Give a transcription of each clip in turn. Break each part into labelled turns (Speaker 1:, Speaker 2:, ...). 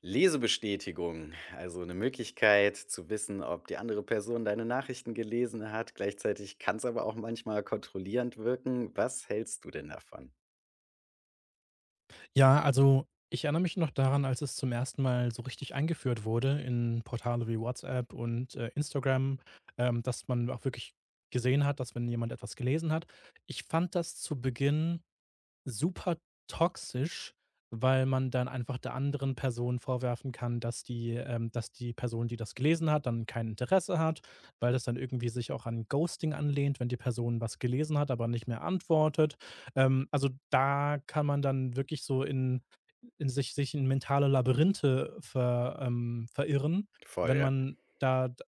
Speaker 1: Lesebestätigung, also eine Möglichkeit zu wissen, ob die andere Person deine Nachrichten gelesen hat. Gleichzeitig kann es aber auch manchmal kontrollierend wirken. Was hältst du denn davon?
Speaker 2: Ja, also ich erinnere mich noch daran, als es zum ersten Mal so richtig eingeführt wurde in Portale wie WhatsApp und Instagram, dass man auch wirklich gesehen hat, dass wenn jemand etwas gelesen hat. Ich fand das zu Beginn super toxisch, weil man dann einfach der anderen Person vorwerfen kann, dass die Person, die das gelesen hat, dann kein Interesse hat, weil das dann irgendwie sich auch an Ghosting anlehnt, wenn die Person was gelesen hat, aber nicht mehr antwortet. Also, da kann man dann wirklich so in sich in mentale Labyrinthe verirren,
Speaker 1: Voll,
Speaker 2: wenn
Speaker 1: ja.
Speaker 2: man da d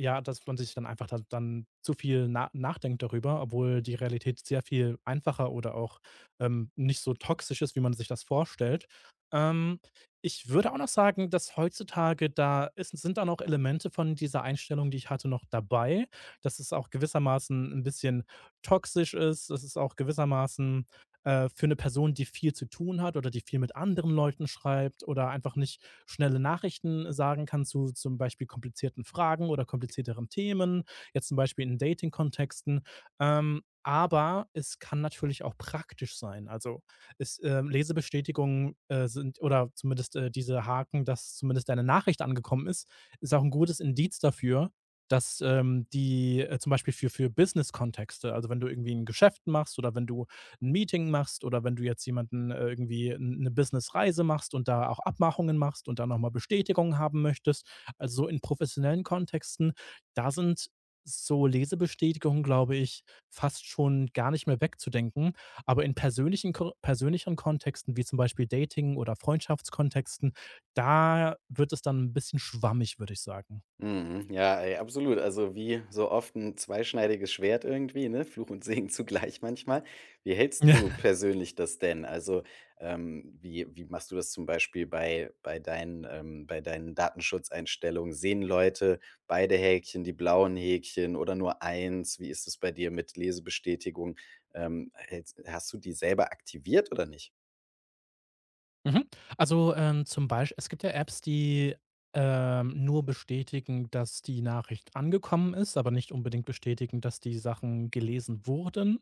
Speaker 2: ja, dass man sich dann einfach da dann zu viel nachdenkt darüber, obwohl die Realität sehr viel einfacher oder auch, nicht so toxisch ist, wie man sich das vorstellt. Ähm, Ich würde auch noch sagen, dass heutzutage da ist sind da noch Elemente von dieser Einstellung, die ich hatte, noch dabei, dass es auch gewissermaßen ein bisschen toxisch ist, dass es auch gewissermaßen für eine Person, die viel zu tun hat oder die viel mit anderen Leuten schreibt oder einfach nicht schnelle Nachrichten sagen kann zu zum Beispiel komplizierten Fragen oder komplizierteren Themen, jetzt zum Beispiel in Dating-Kontexten. Aber es kann natürlich auch praktisch sein. Also, es Lesebestätigungen, sind oder zumindest, diese Haken, dass zumindest deine Nachricht angekommen ist, ist auch ein gutes Indiz dafür, dass, zum Beispiel für Business-Kontexte, also wenn du irgendwie ein Geschäft machst oder wenn du 'n Meeting machst oder wenn du jetzt jemanden irgendwie 'n 'ne Businessreise machst und da auch Abmachungen machst und da nochmal mal Bestätigung haben möchtest. Also, so in professionellen Kontexten, da sind so Lesebestätigungen, glaube ich, fast schon gar nicht mehr wegzudenken. Aber in persönlichen Ko persönlicheren Kontexten, wie zum Beispiel Dating oder Freundschaftskontexten, da wird es dann ein bisschen schwammig, würde ich sagen.
Speaker 1: Mhm. Ja, ey, absolut. Also wie so oft ein zweischneidiges Schwert irgendwie, ne? Fluch und Segen zugleich manchmal. Wie hältst du persönlich das denn? Also, wie machst du das zum Beispiel bei deinen, bei deinen Datenschutzeinstellungen? Sehen Leute beide Häkchen, die blauen Häkchen oder nur eins? Wie ist es bei dir mit Lesebestätigung? Hältst hast du die selber aktiviert oder nicht?
Speaker 2: Mhm. Also, zum Beispiel es gibt ja Apps, die, nur bestätigen, dass die Nachricht angekommen ist, aber nicht unbedingt bestätigen, dass die Sachen gelesen wurden.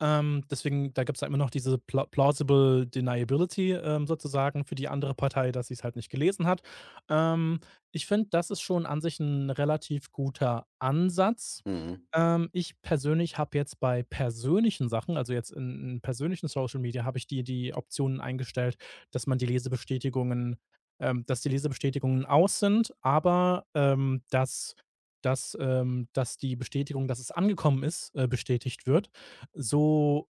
Speaker 2: Deswegen da gibt's ja immer noch diese Plausible Deniability, sozusagen für die andere Partei, dass sie es halt nicht gelesen hat. Ähm, Ich finde, das ist schon an sich ein relativ guter Ansatz.
Speaker 1: Mhm.
Speaker 2: Ich persönlich habe jetzt bei persönlichen Sachen, also jetzt in persönlichen Social Media, habe ich die Optionen eingestellt, dass man die Lesebestätigungen dass die Lesebestätigungen aus sind, aber, dass die Bestätigung, dass es angekommen ist, bestätigt wird. So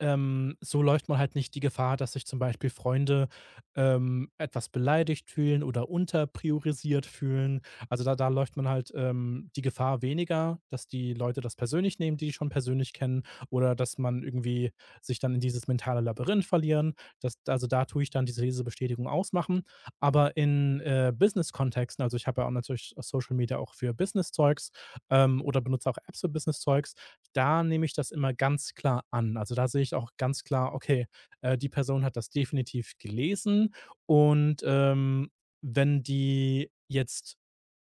Speaker 2: so läuft man halt nicht die Gefahr, dass sich zum Beispiel Freunde, etwas beleidigt fühlen oder unterpriorisiert fühlen. Also, da läuft man halt, die Gefahr weniger, dass die Leute das persönlich nehmen, die dich schon persönlich kennen, oder dass man irgendwie sich dann in dieses mentale Labyrinth verlieren. Das also, da tue ich dann diese Bestätigung ausmachen. Aber in, Business-Kontexten, also, ich habe ja auch natürlich auf Social Media auch für Business-Zeugs, oder benutze auch Apps für Business-Zeugs, da nehme ich das immer ganz klar an. Also, da sehe ich auch ganz klar, okay, die Person hat das definitiv gelesen und, wenn die jetzt,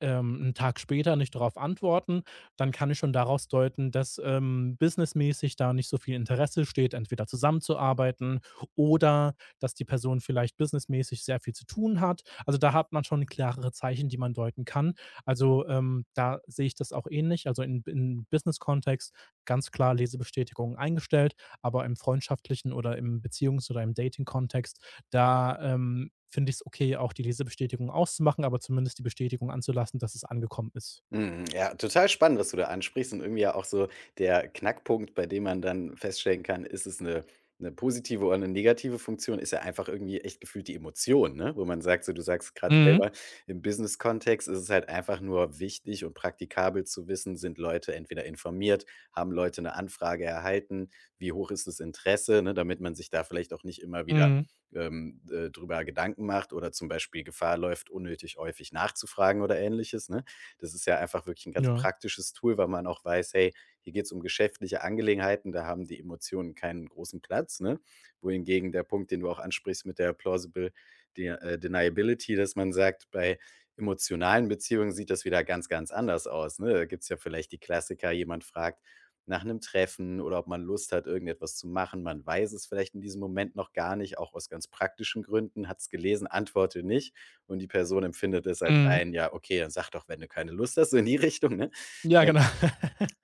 Speaker 2: 'n Tag später nicht darauf antworten, dann kann ich schon daraus deuten, dass, businessmäßig da nicht so viel Interesse steht, entweder zusammenzuarbeiten, oder dass die Person vielleicht businessmäßig sehr viel zu tun hat. Also, da hat man schon klarere Zeichen, die man deuten kann. Also, da sehe ich das auch ähnlich. Also, in Business-Kontext ganz klar Lesebestätigungen eingestellt, aber im freundschaftlichen oder im Beziehungs- oder im Dating-Kontext, da, finde ich es okay, auch die Lesebestätigung auszumachen, aber zumindest die Bestätigung anzulassen, dass es angekommen ist.
Speaker 1: Mhm, ja, total spannend, was du da ansprichst und irgendwie ja auch so der Knackpunkt, bei dem man dann feststellen kann, ist es eine 'ne positive oder eine negative Funktion, ist ja einfach irgendwie echt gefühlt die Emotion, ne? Wo man sagt so, du sagst gerade
Speaker 2: Mhm,
Speaker 1: selber, im Business-Kontext ist es halt einfach nur wichtig und praktikabel zu wissen, sind Leute entweder informiert, haben Leute eine Anfrage erhalten, wie hoch ist das Interesse, ne, damit man sich da vielleicht auch nicht immer wieder,
Speaker 2: mhm,
Speaker 1: drüber Gedanken macht oder zum Beispiel Gefahr läuft, unnötig häufig nachzufragen oder Ähnliches, ne? Das ist ja einfach wirklich ein ganz
Speaker 2: ja.
Speaker 1: praktisches Tool, weil man auch weiß: „Hey, hier geht's um geschäftliche Angelegenheiten, da haben die Emotionen keinen großen Platz“, ne? Wohingegen der Punkt, den du auch ansprichst mit der Plausible De Deniability, dass man sagt, bei emotionalen Beziehungen sieht das wieder ganz, ganz anders aus, ne? Da gibt's ja vielleicht die Klassiker, jemand fragt nach einem Treffen oder ob man Lust hat, irgendetwas zu machen. Man weiß es vielleicht in diesem Moment noch gar nicht, auch aus ganz praktischen Gründen, hat's gelesen, Antworte nicht und die Person empfindet es als
Speaker 2: Mhm.
Speaker 1: ein: „Ja, okay, dann sag doch, wenn du keine Lust hast“, so in die Richtung, ne?
Speaker 2: Ja,
Speaker 1: Ja,
Speaker 2: genau.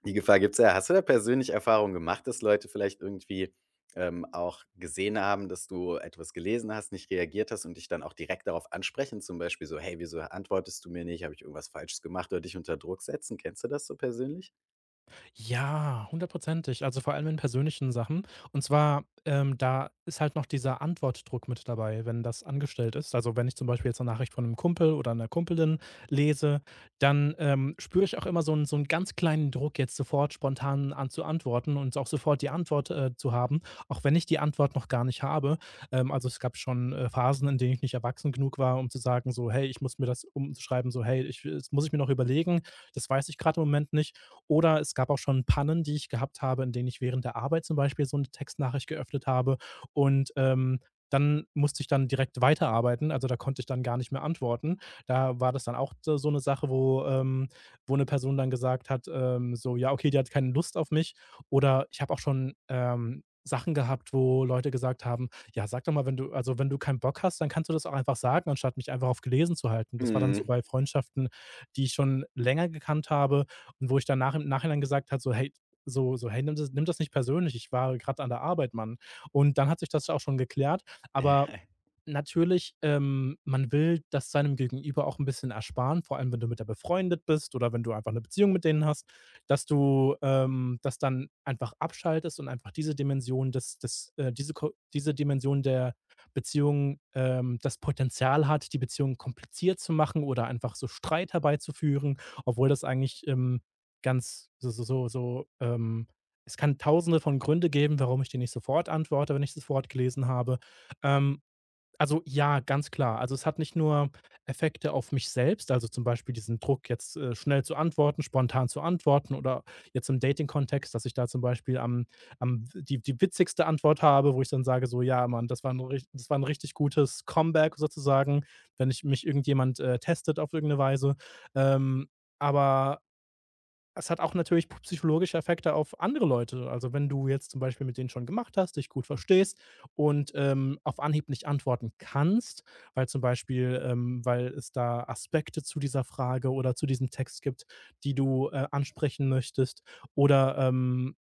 Speaker 1: die Gefahr gibt's ja. Hast du da persönlich Erfahrungen gemacht, dass Leute vielleicht irgendwie, auch gesehen haben, dass du etwas gelesen hast, nicht reagiert hast und dich dann auch direkt darauf ansprechen, zum Beispiel so: „Hey, wieso antwortest du mir nicht? Habe ich irgendwas Falsches gemacht?“ oder dich unter Druck setzen? Kennst du das so persönlich?
Speaker 2: Ja, hundertprozentig. Also vor allem in persönlichen Sachen. Und zwar, da ist halt noch dieser Antwortdruck mit dabei, wenn das angestellt ist. Also wenn ich zum Beispiel jetzt eine Nachricht von einem Kumpel oder einer Kumpelin lese, dann spüre ich auch immer so einen ganz kleinen Druck, jetzt sofort spontan an zu antworten und auch sofort die Antwort zu haben, auch wenn ich die Antwort noch gar nicht habe. Also es gab schon Phasen, in denen ich nicht erwachsen genug war, um zu sagen, so, hey, ich muss mir das umschreiben, so, hey, das muss ich mir noch überlegen, das weiß ich gerade im Moment nicht. Oder es gab auch schon Pannen, die ich gehabt habe, in denen ich während der Arbeit zum Beispiel so eine Textnachricht geöffnet habe und, dann musste ich dann direkt weiterarbeiten. Also, da konnte ich dann gar nicht mehr antworten. Da war das dann auch so 'ne Sache, wo eine Person dann gesagt hat, so: „Ja, okay, die hat keine Lust auf mich." Oder ich habe auch schon, Sachen gehabt, wo Leute gesagt haben: „Ja, sag doch mal, wenn du keinen Bock hast, dann kannst du das auch einfach sagen, anstatt mich einfach auf gelesen zu halten." Das war dann so
Speaker 1: Mhm.
Speaker 2: bei Freundschaften, die ich schon länger gekannt habe, und wo ich dann nach im Nachhinein gesagt hat, so: „Hey, nimm das nicht persönlich. Ich war gerade an der Arbeit, Mann." Und dann hat sich das auch schon geklärt, aber natürlich, man will das seinem Gegenüber auch ein bisschen ersparen, vor allem wenn du mit der befreundet bist oder wenn du einfach eine Beziehung mit denen hast, dass du, das dann einfach abschaltest und einfach diese Dimension des des diese ko diese Dimension der Beziehung, das Potenzial hat, die Beziehung kompliziert zu machen oder einfach so Streit herbeizuführen, obwohl das eigentlich, ganz so so so so, es kann Tausende von Gründe geben, warum ich dir nicht sofort antworte, wenn ich das Wort gelesen habe. Ähm, also ja, ganz klar. Also, es hat nicht nur Effekte auf mich selbst, also zum Beispiel diesen Druck, jetzt, schnell zu antworten, spontan zu antworten, oder jetzt im Dating-Kontext, dass ich da zum Beispiel am am die die witzigste Antwort habe, wo ich dann sage so: „Ja, Mann, das war ein richt das war ein richtig gutes Comeback sozusagen", wenn ich mich irgendjemand, testet auf irgendeine Weise. Ähm, aber es hat auch natürlich psychologische Effekte auf andere Leute. Also, wenn du jetzt zum Beispiel mit denen schon gemacht hast, dich gut verstehst und, auf Anhieb nicht antworten kannst, weil zum Beispiel weil es da Aspekte zu dieser Frage oder zu diesem Text gibt, die du, ansprechen möchtest, oder, ähm,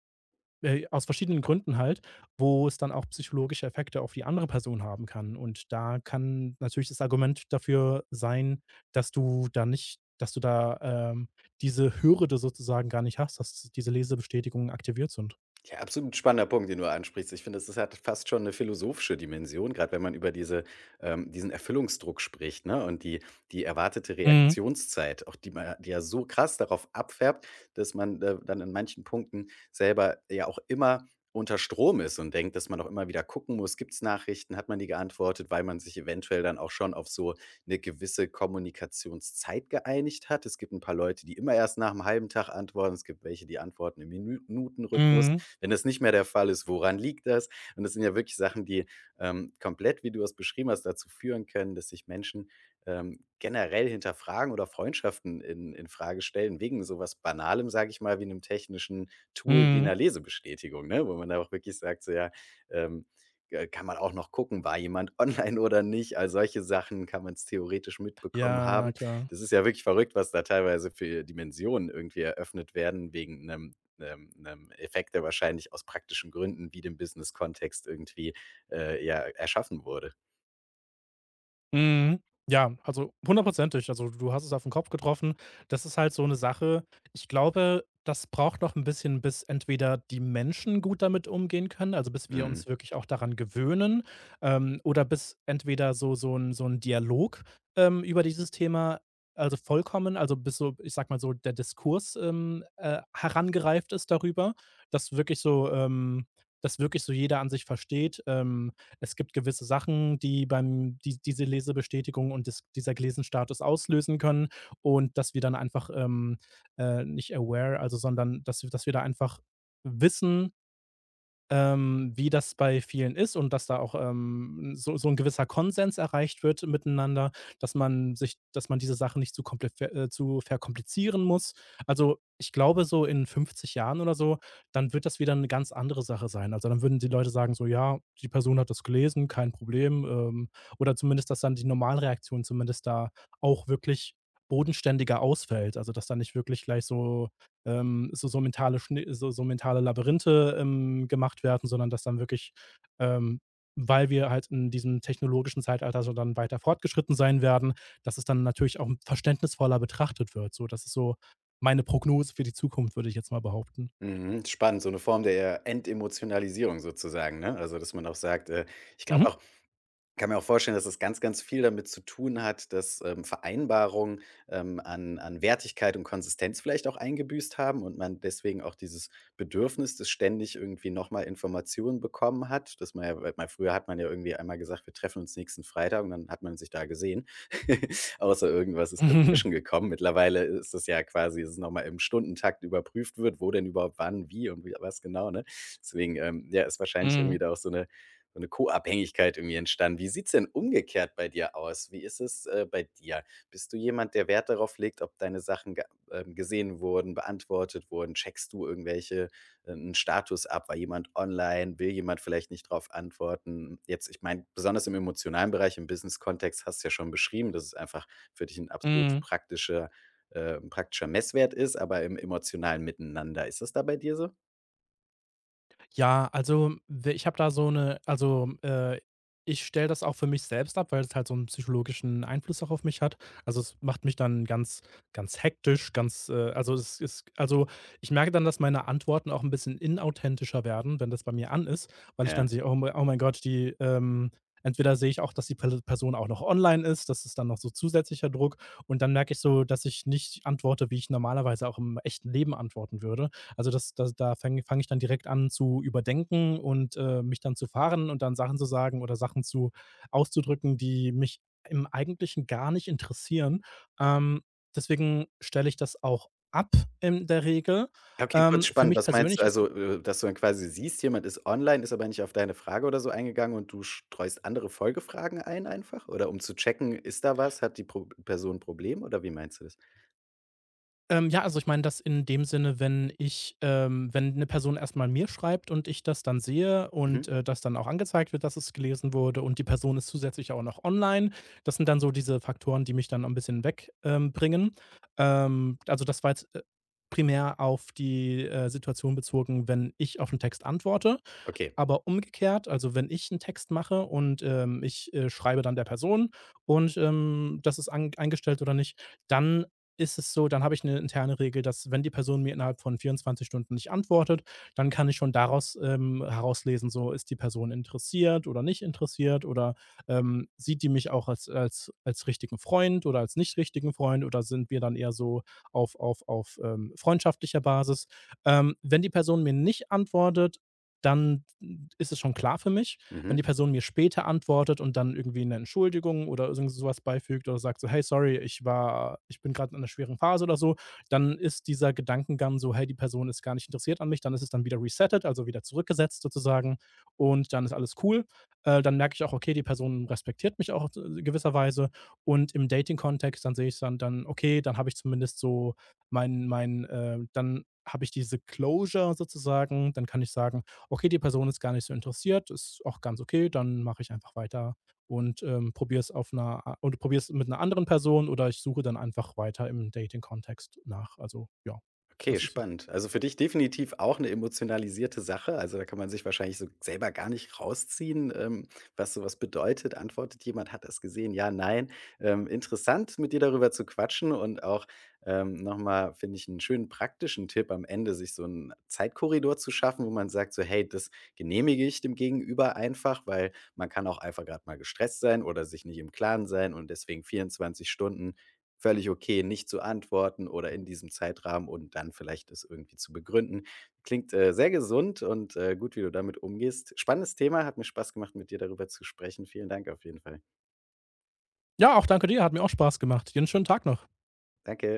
Speaker 2: äh, aus verschiedenen Gründen halt, wo es dann auch psychologische Effekte auf die andere Person haben kann. Und da kann natürlich das Argument dafür sein, dass du da nicht dass du da, ähm, diese Hürde sozusagen gar nicht hast, dass diese Lesebestätigungen aktiviert sind.
Speaker 1: Ja, absolut spannender Punkt, den du ansprichst. Ich finde, es hat fast schon eine philosophische Dimension, gerade wenn man über diese, diesen Erfüllungsdruck spricht, ne? Und die, die erwartete
Speaker 2: Mhm,
Speaker 1: Reaktionszeit, auch die ja so krass darauf abfärbt, dass man dann in manchen Punkten selber ja auch immer unter Strom ist und denkt, dass man auch immer wieder gucken muss, gibt es Nachrichten, hat man die geantwortet, weil man sich eventuell dann auch schon auf so eine gewisse Kommunikationszeit geeinigt hat. Es gibt ein paar Leute, die immer erst nach einem halben Tag antworten, es gibt welche, die antworten im Minutenrhythmus.
Speaker 2: mhm,
Speaker 1: Wenn das nicht mehr der Fall ist, woran liegt das? Und das sind ja wirklich Sachen, die komplett, wie du es beschrieben hast, dazu führen können, dass sich Menschen generell hinterfragen oder Freundschaften in Frage stellen, wegen sowas Banalem, sage ich mal, wie einem technischen Tool wie
Speaker 2: mhm.
Speaker 1: einer Lesebestätigung, ne? Wo man da auch wirklich sagt, so ja, ähm, kann man auch noch gucken, war jemand online oder nicht. All solche Sachen kann man es theoretisch mitbekommen
Speaker 2: Ja,
Speaker 1: haben.
Speaker 2: klar.
Speaker 1: Das ist ja wirklich verrückt, was da teilweise für Dimensionen irgendwie eröffnet werden wegen einem einem 'nem Effekt, der wahrscheinlich aus praktischen Gründen wie dem Business-Kontext irgendwie, ja, erschaffen wurde.
Speaker 2: Mhm. Ja, also hundertprozentig. Also, du hast es auf den Kopf getroffen. Das ist halt so eine Sache. Ich glaube, das braucht noch ein bisschen, bis entweder die Menschen gut damit umgehen können, also, bis wir
Speaker 1: Mhm.
Speaker 2: uns wirklich auch daran gewöhnen, oder bis entweder so ein Dialog, über dieses Thema, also, bis so, ich sag mal so, der Diskurs, herangereift ist darüber, dass wirklich so ähm, dass wirklich so jeder an sich versteht, es gibt gewisse Sachen, die beim die diese Lesebestätigung und des dieser Gelesenstatus auslösen können, und dass wir dann einfach, nicht aware, also sondern, dass wir da einfach wissen, wie das bei vielen ist, und dass da auch, so 'n gewisser Konsens erreicht wird miteinander, dass man diese Sachen nicht zu komple ver zu verkomplizieren muss. Also, ich glaube, so in 50 Jahren oder so, dann wird das wieder eine ganz andere Sache sein. Also, dann würden die Leute sagen so: „Ja, die Person hat das gelesen, kein Problem." Oder zumindest, dass dann die Normalreaktion zumindest da auch wirklich bodenständiger ausfällt. Also, dass da nicht wirklich gleich so so so mentale Schni so so mentale Labyrinthe, gemacht werden, sondern, ähm, weil wir halt in diesem technologischen Zeitalter so dann weiter fortgeschritten sein werden, dass es dann natürlich auch verständnisvoller betrachtet wird. So, das ist so meine Prognose für die Zukunft, würde ich jetzt mal behaupten.
Speaker 1: Mhm. Spannend, so eine Form der Entemotionalisierung sozusagen, ne? Also, dass man auch sagt, ich glaube
Speaker 2: Mhm.
Speaker 1: auch, kann mir auch vorstellen, dass es ganz, ganz viel damit zu tun hat, dass, Vereinbarungen, an Wertigkeit und Konsistenz vielleicht auch eingebüßt haben und man deswegen auch dieses Bedürfnis, das ständig irgendwie nochmal Informationen bekommen hat, dass man ja, weil man früher hat man ja irgendwie einmal gesagt: „Wir treffen uns nächsten Freitag“ und dann hat man sich da gesehen, außer irgendwas ist
Speaker 2: Mhm.
Speaker 1: dazwischen gekommen. Mittlerweile ist das ja quasi, dass es noch mal im Stundentakt überprüft wird, wo denn überhaupt wann, wie und wie was genau, ne? Deswegen, ja, ist wahrscheinlich irgendwie
Speaker 2: Mhm.
Speaker 1: da auch so eine Co-Abhängigkeit irgendwie entstanden. Wie sieht's denn umgekehrt bei dir aus? Wie ist es, bei dir? Bist du jemand, der Wert darauf legt, ob deine Sachen ge gesehen wurden, beantwortet wurden? Checkst du irgendwelche einen Status ab? War jemand online? Will jemand vielleicht nicht darauf antworten? Jetzt ich meine, besonders im emotionalen Bereich, im Business-Kontext hast du ja schon beschrieben, dass es einfach für dich ein absolut
Speaker 2: Mhm.
Speaker 1: praktischer 'n praktischer Messwert ist, aber im emotionalen Miteinander. Ist das da bei dir so?
Speaker 2: Ja, also, w ich habe da so eine, also, ich stelle das auch für mich selbst ab, weil es halt so einen psychologischen Einfluss auch auf mich hat. Also, es macht mich dann ganz ganz hektisch, ganz, also, es ist also, ich merke dann, dass meine Antworten auch ein bisschen inauthentischer werden, wenn das bei mir an ist, weil ich dann
Speaker 1: Ja.
Speaker 2: sehe: „Oh mei oh mein Gott, die, entweder sehe ich auch, dass die Pel Person auch noch online ist, das ist dann noch so zusätzlicher Druck, und dann merke ich so, dass ich nicht antworte, wie ich normalerweise auch im echten Leben antworten würde. Also das da fange ich dann direkt an zu überdenken und, mich dann zu fahren und dann Sachen zu sagen oder Sachen zu auszudrücken, die mich im Eigentlichen gar nicht interessieren. Ähm, Deswegen stelle ich das auch ab in der Regel.
Speaker 1: Ja, okay, kurz
Speaker 2: Für
Speaker 1: spannend.
Speaker 2: mich
Speaker 1: Was meinst du?
Speaker 2: persönlich ist
Speaker 1: Also, dass du dann quasi siehst, jemand ist online, ist aber nicht auf deine Frage oder so eingegangen und du streust andere Folgefragen ein einfach? Oder um zu checken, ist da was? Hat die Pro Person 'n Problem oder wie meinst du das?
Speaker 2: Ja, also ich meine das in dem Sinne, wenn eine Person erstmal mir schreibt und ich das dann sehe und,
Speaker 1: Mhm.
Speaker 2: das dann auch angezeigt wird, dass es gelesen wurde, und die Person ist zusätzlich auch noch online. Das sind dann so diese Faktoren, die mich dann ein bisschen wegbringen. Bringen. Also das war jetzt, primär auf die, Situation bezogen, wenn ich auf einen Text antworte.
Speaker 1: Okay.
Speaker 2: Aber umgekehrt, also wenn ich einen Text mache und, ich, schreibe dann der Person und, das ist an eingestellt oder nicht, dann ist es so dann habe ich eine interne Regel, dass wenn die Person mir innerhalb von 24 Stunden nicht antwortet, dann kann ich schon daraus, herauslesen, so, ist die Person interessiert oder nicht interessiert, oder, sieht die mich auch als richtigen Freund oder als nicht richtigen Freund, oder sind wir dann eher so auf, freundschaftlicher Basis. Wenn die Person mir nicht antwortet, dann ist es schon klar für mich. Wenn
Speaker 1: Mhm.
Speaker 2: die Person mir später antwortet und dann irgendwie eine Entschuldigung oder irgend sowas beifügt oder sagt so: „Hey, sorry, ich bin gerade in einer schweren Phase" oder so, dann ist dieser Gedankengang so: „Hey, die Person ist gar nicht interessiert an mich." Dann ist es dann wieder resettet, also wieder zurückgesetzt sozusagen, und dann ist alles cool. Dann merke ich auch: Okay, die Person respektiert mich auch d gewisserweise, und im Dating-Kontext, dann sehe ich dann okay, dann habe ich zumindest so dann habe ich diese Closure sozusagen, dann kann ich sagen, okay, die Person ist gar nicht so interessiert, ist auch ganz okay, dann mache ich einfach weiter und probiere es mit einer anderen Person, oder ich suche dann einfach weiter im Dating-Kontext nach. Also ja,
Speaker 1: Okay,
Speaker 2: das ist es.
Speaker 1: spannend. Also für dich definitiv auch eine emotionalisierte Sache. Also, da kann man sich wahrscheinlich so selber gar nicht rausziehen, was so, was bedeutet. Antwortet jemand: „Hat er's gesehen?“ Ja, nein. Interessant, mit dir darüber zu quatschen und auch, noch mal, finde ich, einen schönen praktischen Tipp am Ende, sich so einen Zeitkorridor zu schaffen, wo man sagt so: „Hey, das genehmige ich dem Gegenüber einfach“, weil man kann auch einfach gerade mal gestresst sein oder sich nicht im Klaren sein und deswegen 24 Stunden völlig okay, nicht zu antworten oder in diesem Zeitrahmen und dann vielleicht es irgendwie zu begründen. Klingt, sehr gesund und, gut, wie du damit umgehst. Spannendes Thema, hat mir Spaß gemacht, mit dir darüber zu sprechen. Vielen Dank auf jeden Fall.
Speaker 2: Ja, auch danke dir, hat mir auch Spaß gemacht. Dir einen schönen Tag noch.
Speaker 1: Danke.